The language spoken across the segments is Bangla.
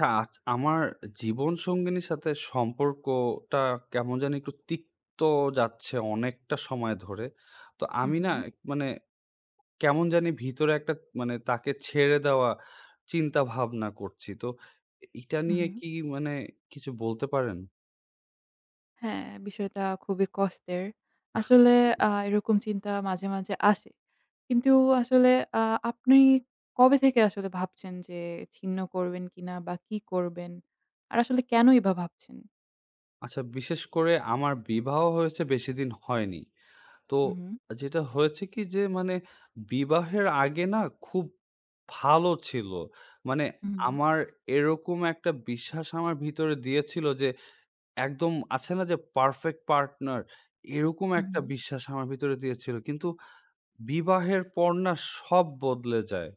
হ্যাঁ, আমার জীবন সঙ্গিনীর সাথে সম্পর্কটা কেমন জানি একটু তিক্ত যাচ্ছে অনেকটা সময় ধরে। তো হু, আমি হু, না মানে কেমন জানি ভিতরে একটা তাকে ছেড়ে দেওয়া চিন্তা ভাবনা করছি। তো এটা হু, নিয়ে হু। কি মানে কিছু বলতে পারেন? হ্যাঁ, বিষয়টা খুবই কষ্টের। আসলে এরকম চিন্তা মাঝে, মাঝে আসে। কিন্তু আসলে আ আপনি কবে থেকে আসলে ভাবছেন যে ছিন্ন করবেন কিনা বা কি করবেন? আর আসলে কেনই বা ভাবছেন? আচ্ছা, বিশেষ করে আমার বিবাহ হয়েছে বেশিদিন হয়নি। তো হু, হু, যেটা হয়েছে কি যে বিবাহের আগে না খুব ভালো ছিল। মানে হু, আমার এরকম একটা বিশ্বাস আমার ভিতরে দিয়েছিল যে একদম আছে না যে পারফেক্ট পার্টনার এরকম হু, একটা হু, বিশ্বাস আমার ভিতরে দিয়েছিল। কিন্তু বিবাহের পর না সব বদলে যায়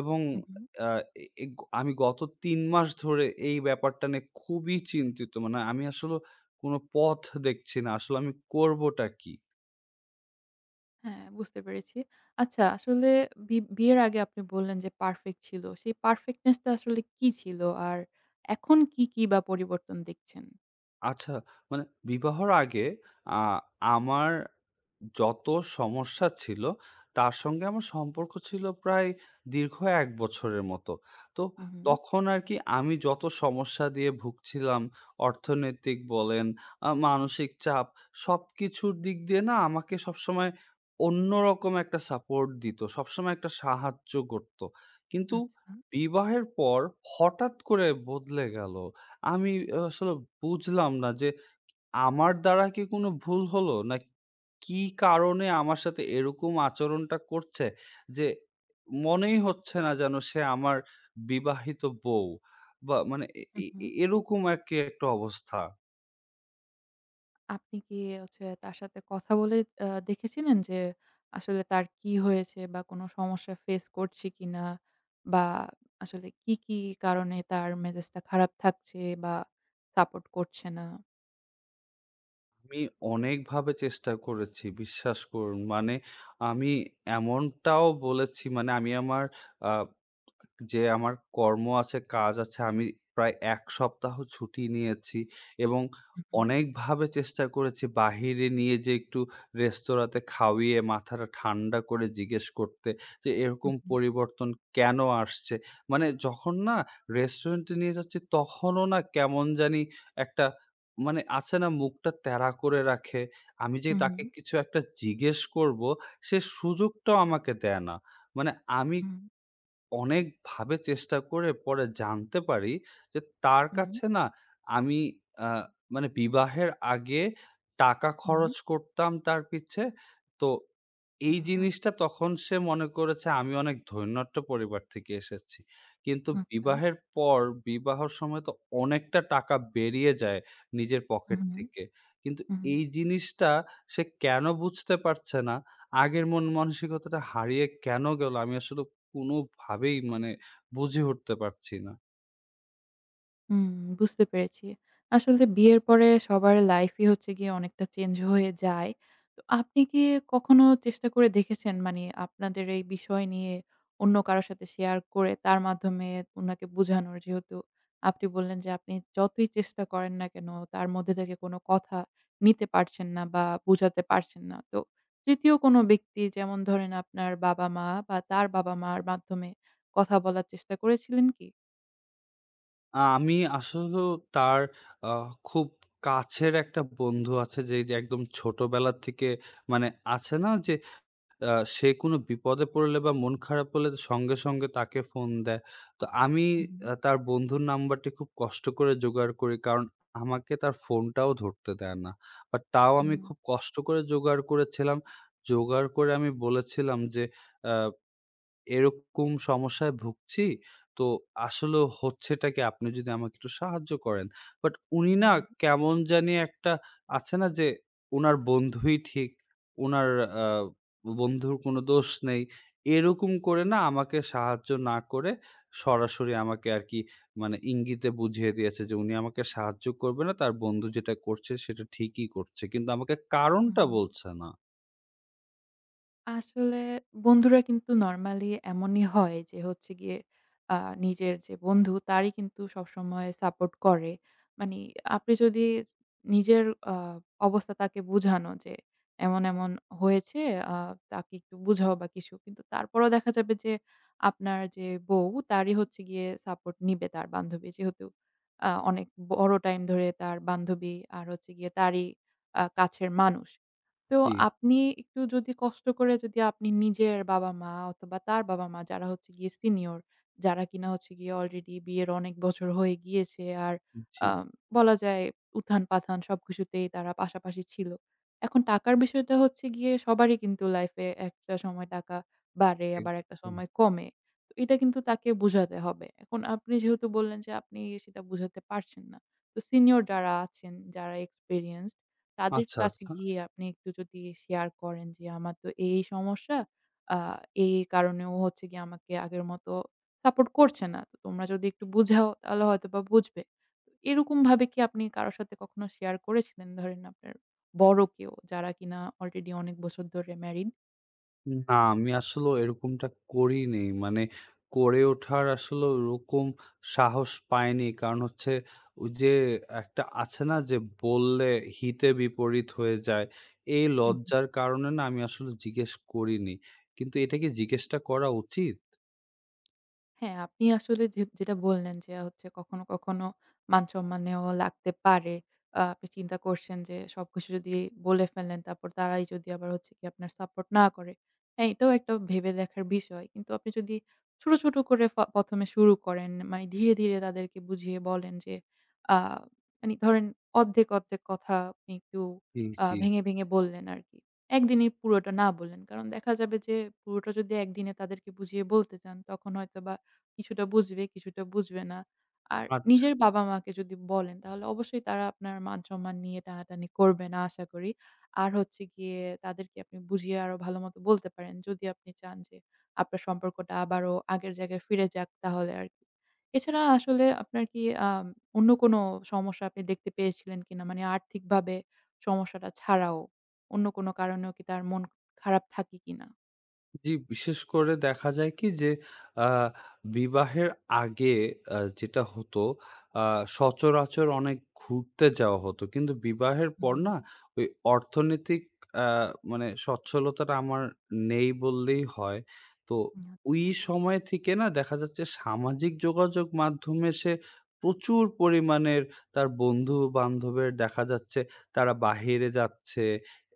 এবং হু, হু। আ এ এ আমি গত ৩ মাস ধরে এই ব্যাপারটা নিয়ে খুবই চিন্তিত। মানে আমি আসলে কোনো পথ দেখছি না। আসলে আমি করবোটা কি? হ্যাঁ, বুঝতে পেরেছি। আচ্ছা আসলে বিয়ের আগে আপনি বললেন যে পারফেক্ট ছিল। সেই পারফেক্টনেস টা আসলে কি ছিল? আর এখন কি, কি বা পরিবর্তন দেখছেন? আচ্ছা, মানে বিবাহর আগে আ আমার যত সমস্যা ছিল, তার সঙ্গে আমার সম্পর্ক ছিল প্রায় দীর্ঘ ১ বছরের মতো। তো হু, হু। তখন আরকি আমি যত সমস্যা দিয়ে ভুগছিলাম, অর্থনৈতিক বলেন, মানসিক চাপ, সবকিছুর দিক দিয়ে না আমাকে সবসময় অন্যরকম একটা সাপোর্ট দিত। সবসময় একটা সাহায্য করত। কিন্তু আচ্ছা। বিবাহের পর হঠাৎ করে বদলে গেল। আমি আসলে বুঝলাম না যে আমার দ্বারা কি কোনো ভুল হলো? না কি কারণে আমার সাথে এরকম আচরণটা করছে? যে মনেই হচ্ছে না যেন সে আমার বিবাহিত বউ। বা মানে এ হু, এ হু। এ- এরকম আরকি একটা অবস্থা। আপনি কি হচ্ছে তার সাথে কথা বলে দেখেছিলেন যে আসলে তার কি হয়েছে বা কোন সমস্যা ফেস করছে কিনা? বা আসলে কি, কি কারণে তার মেজাজটা খারাপ থাকছে বা সাপোর্ট করছে না? আমি অনেকভাবে চেষ্টা করেছি, বিশ্বাস করুন। মানে আমি এমনটাও বলেছি, মানে আমি আমার আ যে আমার কর্ম আছে, কাজ আছে। আমি প্রায় ১ সপ্তাহ ছুটি নিয়েছি এবং হু, হু, অনেকভাবে চেষ্টা করেছি বাহিরে নিয়ে যে একটু রেস্তোরাঁতে খাওয়িয়ে মাথাটা ঠান্ডা করে জিজ্ঞেস করতে যে, হু, "এরকম হু, পরিবর্তন কেন আসছে?" মানে যখন না রেস্টুরেন্টে নিয়ে যাচ্ছি তখনও না কেমন জানি একটা, মানে আছে না মুখটা ত্যাড়া করে রাখে। আমি যে হু, তাকে কিছু একটা জিজ্ঞেস করব সে সুযোগটাও আমাকে দেয় না। মানে আমি হু, অনেকভাবে চেষ্টা করে পরে জানতে পারি যে তার হু, কাছে না আমি আ মানে বিবাহের আগে টাকা হু, হু। খরচ করতাম তার পিছে। তো আ এই জিনিসটা তখন সে মনে করেছে আমি অনেক ধৈর্ণট্য পরিবার থেকে এসেছি। কিন্তু আচ্ছা। বিবাহের পর বিবাহর সময় তো অনেকটা টাকা বেরিয়ে যায় নিজের হু, পকেট হু, থেকে। কিন্তু হু। এই জিনিসটা সে কেন বুঝতে পারছে না? আগের মন মানসিকতাটা হারিয়ে কেন গেল? আমি আসলে কোনোভাবেই মানে বুঝে উঠতে পারছি না। হুম, বুঝতে পেরেছি। আসলে বিয়ের পরে সবার লাইফই হচ্ছে গিয়ে অনেকটা চেঞ্জ হয়ে যায়। তো আপনি কি কখনো চেষ্টা করে দেখেছেন মানে আপনাদের এই বিষয় নিয়ে অন্য কারো সাথে শেয়ার করে তার মাধ্যমে উনাকে বুঝানোর? যেহেতু আপনি বললেন যে আপনি যতই চেষ্টা করেন না কেন তার মধ্যে থেকে কোনো কথা নিতে পারছেন না বা বুঝাতে পারছেন না। তো ৩য় কোনো ব্যক্তি যেমন ধরেন আপনার বাবা-মা বা তার বাবা-মার মাধ্যমে কথা বলার চেষ্টা করেছিলেন কি? আমি আসলেও তার আ খুব কাছের একটা বন্ধু আছে যে, যে একদম ছোটবেলা থেকে মানে আছে না যে সে কোনো বিপদে পড়লে বা মন খারাপ হলে সঙ্গে, সঙ্গে তাকে ফোন দেয়। তো আমি হুম, তার বন্ধুর নাম্বারটি খুব কষ্ট করে জোগাড় করি। কারণ আমাকে তার ফোনটাও ধরতে দেয় না। বাট তাও আমি হুম, খুব কষ্ট করে জোগাড় করেছিলাম। জোগাড় করে আমি বলেছিলাম যে আ এরকম সমস্যায় ভুগছি। তো আসলে হচ্ছেটা কি? আপনি যদি আমাকে একটু সাহায্য করেন। বাট উনি না হুম। কেমন জানি একটা আছে না যে উনার বন্ধুই ঠিক, উনার আ বন্ধুর কোনো দোষ নেই। এরকম করে না। না আমাকে সাহায্য না করে সরাসরি আমাকে আরকি মানে ইঙ্গিতে বুঝিয়ে দিয়েছে যে উনি আমাকে সাহায্য করবে না। তার বন্ধু যেটা করছে সেটা ঠিকই করছে। কিন্তু আমাকে কারণটা হুম, বলছে না। আসলে বন্ধুরা কিন্তু নরমালি এমনই হয় যে হচ্ছে গিয়ে আ নিজের যে বন্ধু তারই কিন্তু সবসময় সাপোর্ট করে। মানি আপনি যদি নিজের আ অবস্থা তাকে বুঝানো যে এমন, এমন হয়েছে আ তাকে একটু বুঝাও বা কিছু। কিন্তু তারপরেও দেখা যাবে যে আপনার যে বউ তারই হচ্ছে গিয়ে সাপোর্ট নিবে তার বান্ধবী। যেহেতু অনেক বড় টাইম ধরে তার বান্ধবী আর হচ্ছে গিয়ে তারই কাছের মানুষ। তো জি, আপনি একটু যদি কষ্ট করে যদি আপনি নিজের বাবা-মা অথবা তার বাবা-মা যারা হচ্ছে গিয়ে সিনিয়র, যারা কিনা হচ্ছে গিয়ে অলরেডি বিয়ের অনেক বছর হয়ে গিয়েছে আর জি। আ বলা যায় উত্থান-পাথান সবকিছুতেই তারা পাশাপাশি ছিল। এখন টাকার বিষয়টা হচ্ছে গিয়ে সবারই কিন্তু লাইফে একটা সময় টাকা বাড়ে আবার একটা একদম। সময় কমে। তো এটা কিন্তু তাকে বুঝাতে হবে। এখন আপনি যেহেতু বললেন যে আপনি সেটা বুঝাতে পারছেন না। তো সিনিয়র যারা আছেন, যারা এক্সপেরিয়েন্স তাদের আচ্ছা, কাছে আচ্ছা। গিয়ে আপনি একটু যদি শেয়ার করেন যে, "আমার তো এই, এই সমস্যা। আ এই, এই কারণে ও হচ্ছে গিয়ে আমাকে আগের মতো সাপোর্ট করছে না। তো তোমরা যদি একটু বুঝাও তাহলে হয়তোবা বুঝবে।" এরকমভাবে কি আপনি কারো সাথে কখনো শেয়ার করেছিলেন? ধরেন আপনার বড় কেউ যারা কিনা অলরেডি অনেক বছর ধরে ম্যারিড? না, আমি আসলেও এরকমটা করিনি। মানে করে ওঠার আসলে ওরকম সাহস পাইনি। কারণ হচ্ছে ওই যে একটা আছে না যে বললে হিতে বিপরীত হয়ে যায়। এই লজ্জার কারণে না আমি আসলে জিজ্ঞেস করিনি। কিন্তু এটা কি জিজ্ঞেসটা করা উচিত? হ্যাঁ, আপনি আসলে যেটা বললেন যে হচ্ছে কখনো, কখনো মান-সম্মানেও লাগতে পারে। আপনি চিন্তা করছেন যে সবকিছু যদি বলে ফেলেন তারপর তারাই যদি আবার হচ্ছে গিয়ে আপনার সাপোর্ট না করে। হ্যাঁ, এটাও একটা ভেবে দেখার বিষয়। কিন্তু আপনি যদি ছোট, ছোট করে ১ম এ শুরু করেন মানে ধীরে, ধীরে তাদেরকে বুঝিয়ে বলেন যে আ মানে ধরেন অর্ধেক, অর্ধেক কথা আপনি একটু জি, জি। ভেঙে, ভেঙে বললেন আরকি। একদিনেই পুরোটা না বললেন। কারণ দেখা যাবে যে পুরোটা যদি একদিনে তাদেরকে বুঝিয়ে বলতে চান তখন হয়তোবা কিছুটা বুঝবে, কিছুটা বুঝবে না। আর আচ্ছা। নিজের বাবা-মাকে যদি বলেন তাহলে অবশ্যই তারা আপনার মান-সম্মান নিয়ে টানাটানি করবে না আশা করি। আর হচ্ছে গিয়ে তাদেরকে আপনি বুঝিয়ে আরো ভালোমতো বলতে পারেন। যদি আপনি চান যে আপনার সম্পর্কটা আবারও আগের জায়গায় ফিরে যাক তাহলে আরকি। এছাড়া আসলে আপনার কি আম অন্য কোনো সমস্যা আপনি দেখতে পেয়েছিলেন কিনা? মানে আর্থিকভাবে সমস্যাটা ছাড়াও অন্য কোনো কারণেও কি তার মন খারাপ থাকে কিনা? জি, বিশেষ করে দেখা যায় কি যে আ বিবাহের আগে যেটা হতো আ সচরাচর অনেক ঘুরতে যাওয়া হতো। কিন্তু বিবাহের পর হুম, না ওই অর্থনৈতিক আ মানে সচ্ছলতাটা আমার নেই বললেই হয়। তো হুম, ওই আচ্ছা। সময় থেকে না দেখা যাচ্ছে সামাজিক যোগাযোগ মাধ্যমে সে প্রচুর পরিমাণের তার বন্ধু-বান্ধবের দেখা যাচ্ছে তারা বাহিরে যাচ্ছে,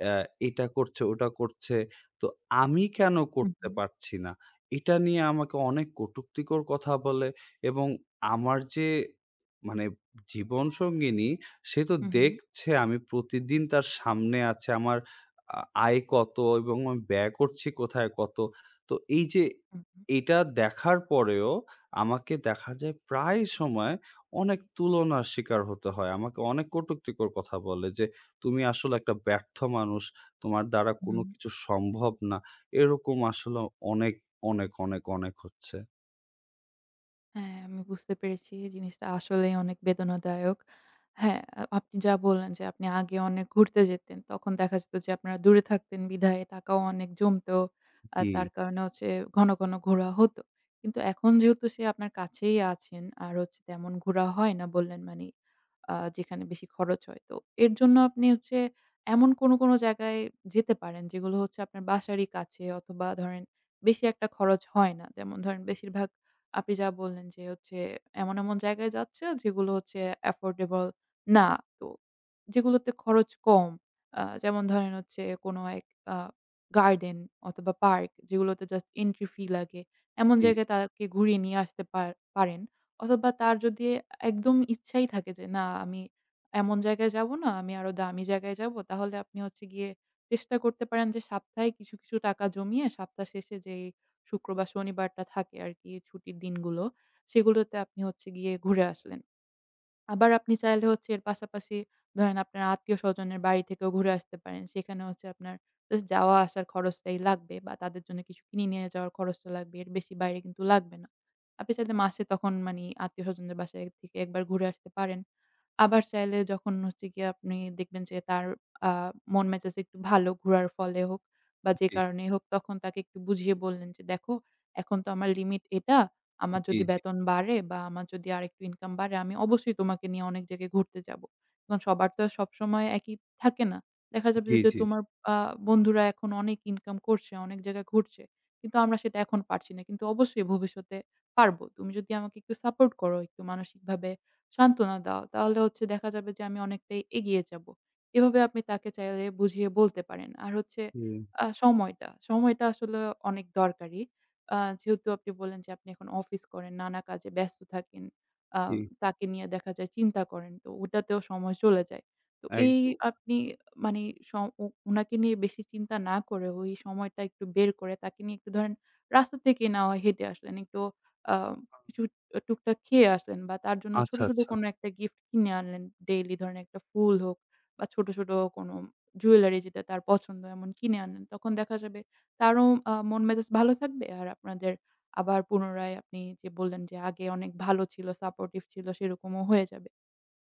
অ্যা এটা করছে, ওটা করছে। তো আমি কেন হুম, করতে হুম, পারছি না? এটা নিয়ে আমাকে অনেক কটুক্তিকর কথা বলে এবং আমার যে মানে জীবনসঙ্গিনী সে তো হুম, হুম, দেখছে আমি প্রতিদিন তার সামনে আছে আমার আ আয় কত এবং আমি ব্যয় করছি কোথায় কত। তো এই যে হুম, এটা দেখার পরেও আমাকে দেখা যায় প্রায় সময় অনেক তুলনার শিকার হতে হয়। আমাকে অনেক কটুক্তিকর কথা বলে যে, "তুমি আসলে একটা ব্যর্থ মানুষ। তোমার দ্বারা কোনো হুম। কিছু সম্ভব না। এরকম আসলে অনেক, অনেক, অনেক, অনেক হচ্ছে।" হ্যাঁ, আমি বুঝতে পেরেছি। জিনিসটা আসলেই অনেক বেদনাদায়ক। হ্যাঁ, আপনি যা বললেন যে আপনি আগে অনেক ঘুরতে যেতেন। তখন দেখা যেত যে আপনারা দূরে থাকতেন বিধায় টাকাও অনেক জমতো। আর জি, তার কারণে হচ্ছে ঘন, ঘন ঘোরা হতো। কিন্তু এখন যেহেতু সে আপনার কাছেই আছেন আর হচ্ছে তেমন ঘোরা হয় না বললেন মানি যেখানে বেশি খরচ হয়। তো এর জন্য আপনি হচ্ছে এমন কোনো, কোনো জায়গায় যেতে পারেন যেগুলো হচ্ছে আপনার বাসারই কাছে অথবা ধরেন বেশি একটা খরচ হয় না। যেমন ধরেন বেশিরভাগ আপনি যা বললেন যে হচ্ছে এমন, এমন জায়গায় যাচ্ছে যেগুলো হচ্ছে affordable না। তো যেগুলোতে খরচ কম। যেমন ধরেন হচ্ছে কোনো এক আ গার্ডেন অথবা পার্ক যেগুলোতে জাস্ট entry fee লাগে। এমন জি, জায়গায় তাকে ঘুরিয়ে নিয়ে আসতে পারেন। অথবা তার যদি একদম ইচ্ছাই থাকে যে না আমি এমন জায়গায় যাবো না, আমি আরো দামি জায়গায় যাবো। তাহলে আপনি হচ্ছে গিয়ে চেষ্টা করতে পারেন যে সপ্তাহে কিছু, কিছু টাকা জমিয়ে সপ্তাহ শেষে যেই শুক্র বা শনিবারটা থাকে আরকি ছুটির দিনগুলো, সেগুলোতে আপনি হচ্ছে গিয়ে ঘুরে আসলেন। আবার আপনি চাইলে হচ্ছে এর পাশাপাশি ধরেন আপনার আত্মীয়-স্বজনের বাড়ি থেকেও ঘুরে আসতে পারেন। সেখানে হচ্ছে আপনার জাস্ট যাওয়া আসার খরচটাই লাগবে বা তাদের জন্য কিছু কিনে নিয়ে যাওয়ার খরচটা লাগবে। এর বেশি বাইরে কিন্তু লাগবে না। আপনি চাইলে মাসে তখন মানি আত্মীয়-স্বজনদের বাসায় থেকে একবার ঘুরে আসতে পারেন। আবার চাইলে যখন হচ্ছে গিয়ে আপনি দেখবেন যে তার আ মন মেজাজ একটু ভালো ঘোরার ফলে হোক বা যে জি, কারণেই হোক তখন তাকে একটু বুঝিয়ে বললেন যে, "দেখো এখন তো আমার লিমিট এটা। জি, আমার জি, যদি জি, বেতন বাড়ে বা আমার যদি আরেকটু ইনকাম বাড়ে আমি অবশ্যই তোমাকে নিয়ে অনেক জায়গায় ঘুরতে যাবো। কারণ সবার তো আর সবসময় একই থাকে না। দেখা যাবে জি, যে জি, তোমার আ বন্ধুরা এখন অনেক ইনকাম করছে, অনেক জায়গায় ঘুরছে। কিন্তু আমরা সেটা এখন পারছি না। কিন্তু অবশ্যই ভবিষ্যতে পারবো। তুমি যদি আমাকে একটু সাপোর্ট করো, একটু মানসিকভাবে সান্ত্বনা দাও, তাহলে হচ্ছে দেখা যাবে যে আমি অনেকটাই এগিয়ে যাবো। এভাবে আপনি তাকে চাইলে বুঝিয়ে বলতে পারেন। আর হচ্ছে সময়টা, সময়টা আসলে অনেক দরকারি। যেহেতু আপনি বললেন যে আপনি এখন অফিস করেন, নানা কাজে ব্যস্ত থাকেন। আ জি, তাকে নিয়ে দেখা যায় চিন্তা করেন। তো ওটাতেও সময় চলে যায়। তো এই একদম। আপনি মানে স ও উনাকে নিয়ে বেশি চিন্তা না করে ওই সময়টা একটু বের করে তাকে নিয়ে একটু ধরেন রাস্তা থেকে না হয় হেঁটে আসলেন। একটু আ আ কিছু টুকটাক খেয়ে আসলেন বা তার জন্য ছোট, আচ্ছা, ছোট আচ্ছা। কোনো একটা গিফট কিনে আনলেন। ডেইলি ধরেন একটা ফুল হোক বা ছোট, ছোট কোনো জুয়েলারি যেটা তার পছন্দ এমন কিনে আনলেন। তখন দেখা যাবে তারও মন মেজাজ ভালো থাকবে। আর আপনাদের আবার পুনরায় আপনি যে বললেন যে আগে অনেক ভালো ছিল, সাপোর্টিভ ছিল সেরকমও হয়ে যাবে।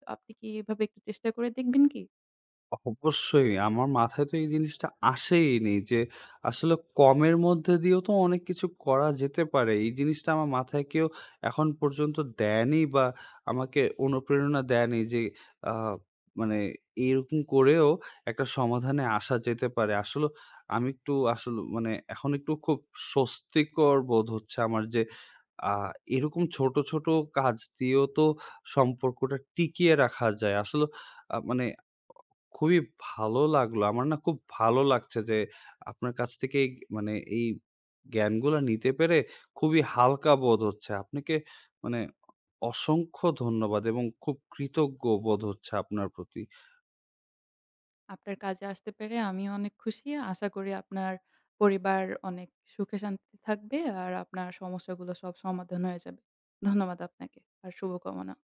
তো আপনি কি এভাবে একটু চেষ্টা করে দেখবেন কি? অবশ্যই আমার মাথায় তো এই জিনিসটা আসেইনি যে আসলে কমের মধ্যে দিয়েও তো অনেক কিছু করা যেতে পারে। এই জিনিসটা আমার মাথায় কেউ এখন পর্যন্ত দেয়নি বা আমাকে অনুপ্রেরণা দেয়নি যে আ মানে এরকম করেও একটা সমাধানে আসা যেতে পারে। আসলে আমি একটু আসলে মানে এখন একটু খুব স্বস্তিকর বোধ হচ্ছে আমার যে আ এরকম ছোট, ছোট কাজ দিয়েও তো সম্পর্কটা টিকিয়ে রাখা যায়। আসলে মানে খুবই ভালো লাগলো। আমার না খুব ভালো লাগছে যে আপনার কাছ থেকে এই মানে এই জ্ঞানগুলা নিতে পেরে খুবই হালকা বোধ হচ্ছে। আপনাকে মানে অসংখ্য ধন্যবাদ এবং খুব কৃতজ্ঞ বোধ হচ্ছে আপনার প্রতি। আপনার কাজে আসতে পেরে আমিও অনেক খুশি। আশা করি আপনার পরিবার অনেক সুখে শান্তিতে থাকবে আর আপনার সমস্যাগুলো সব সমাধান হয়ে যাবে। ধন্যবাদ আপনাকে আর শুভকামনা।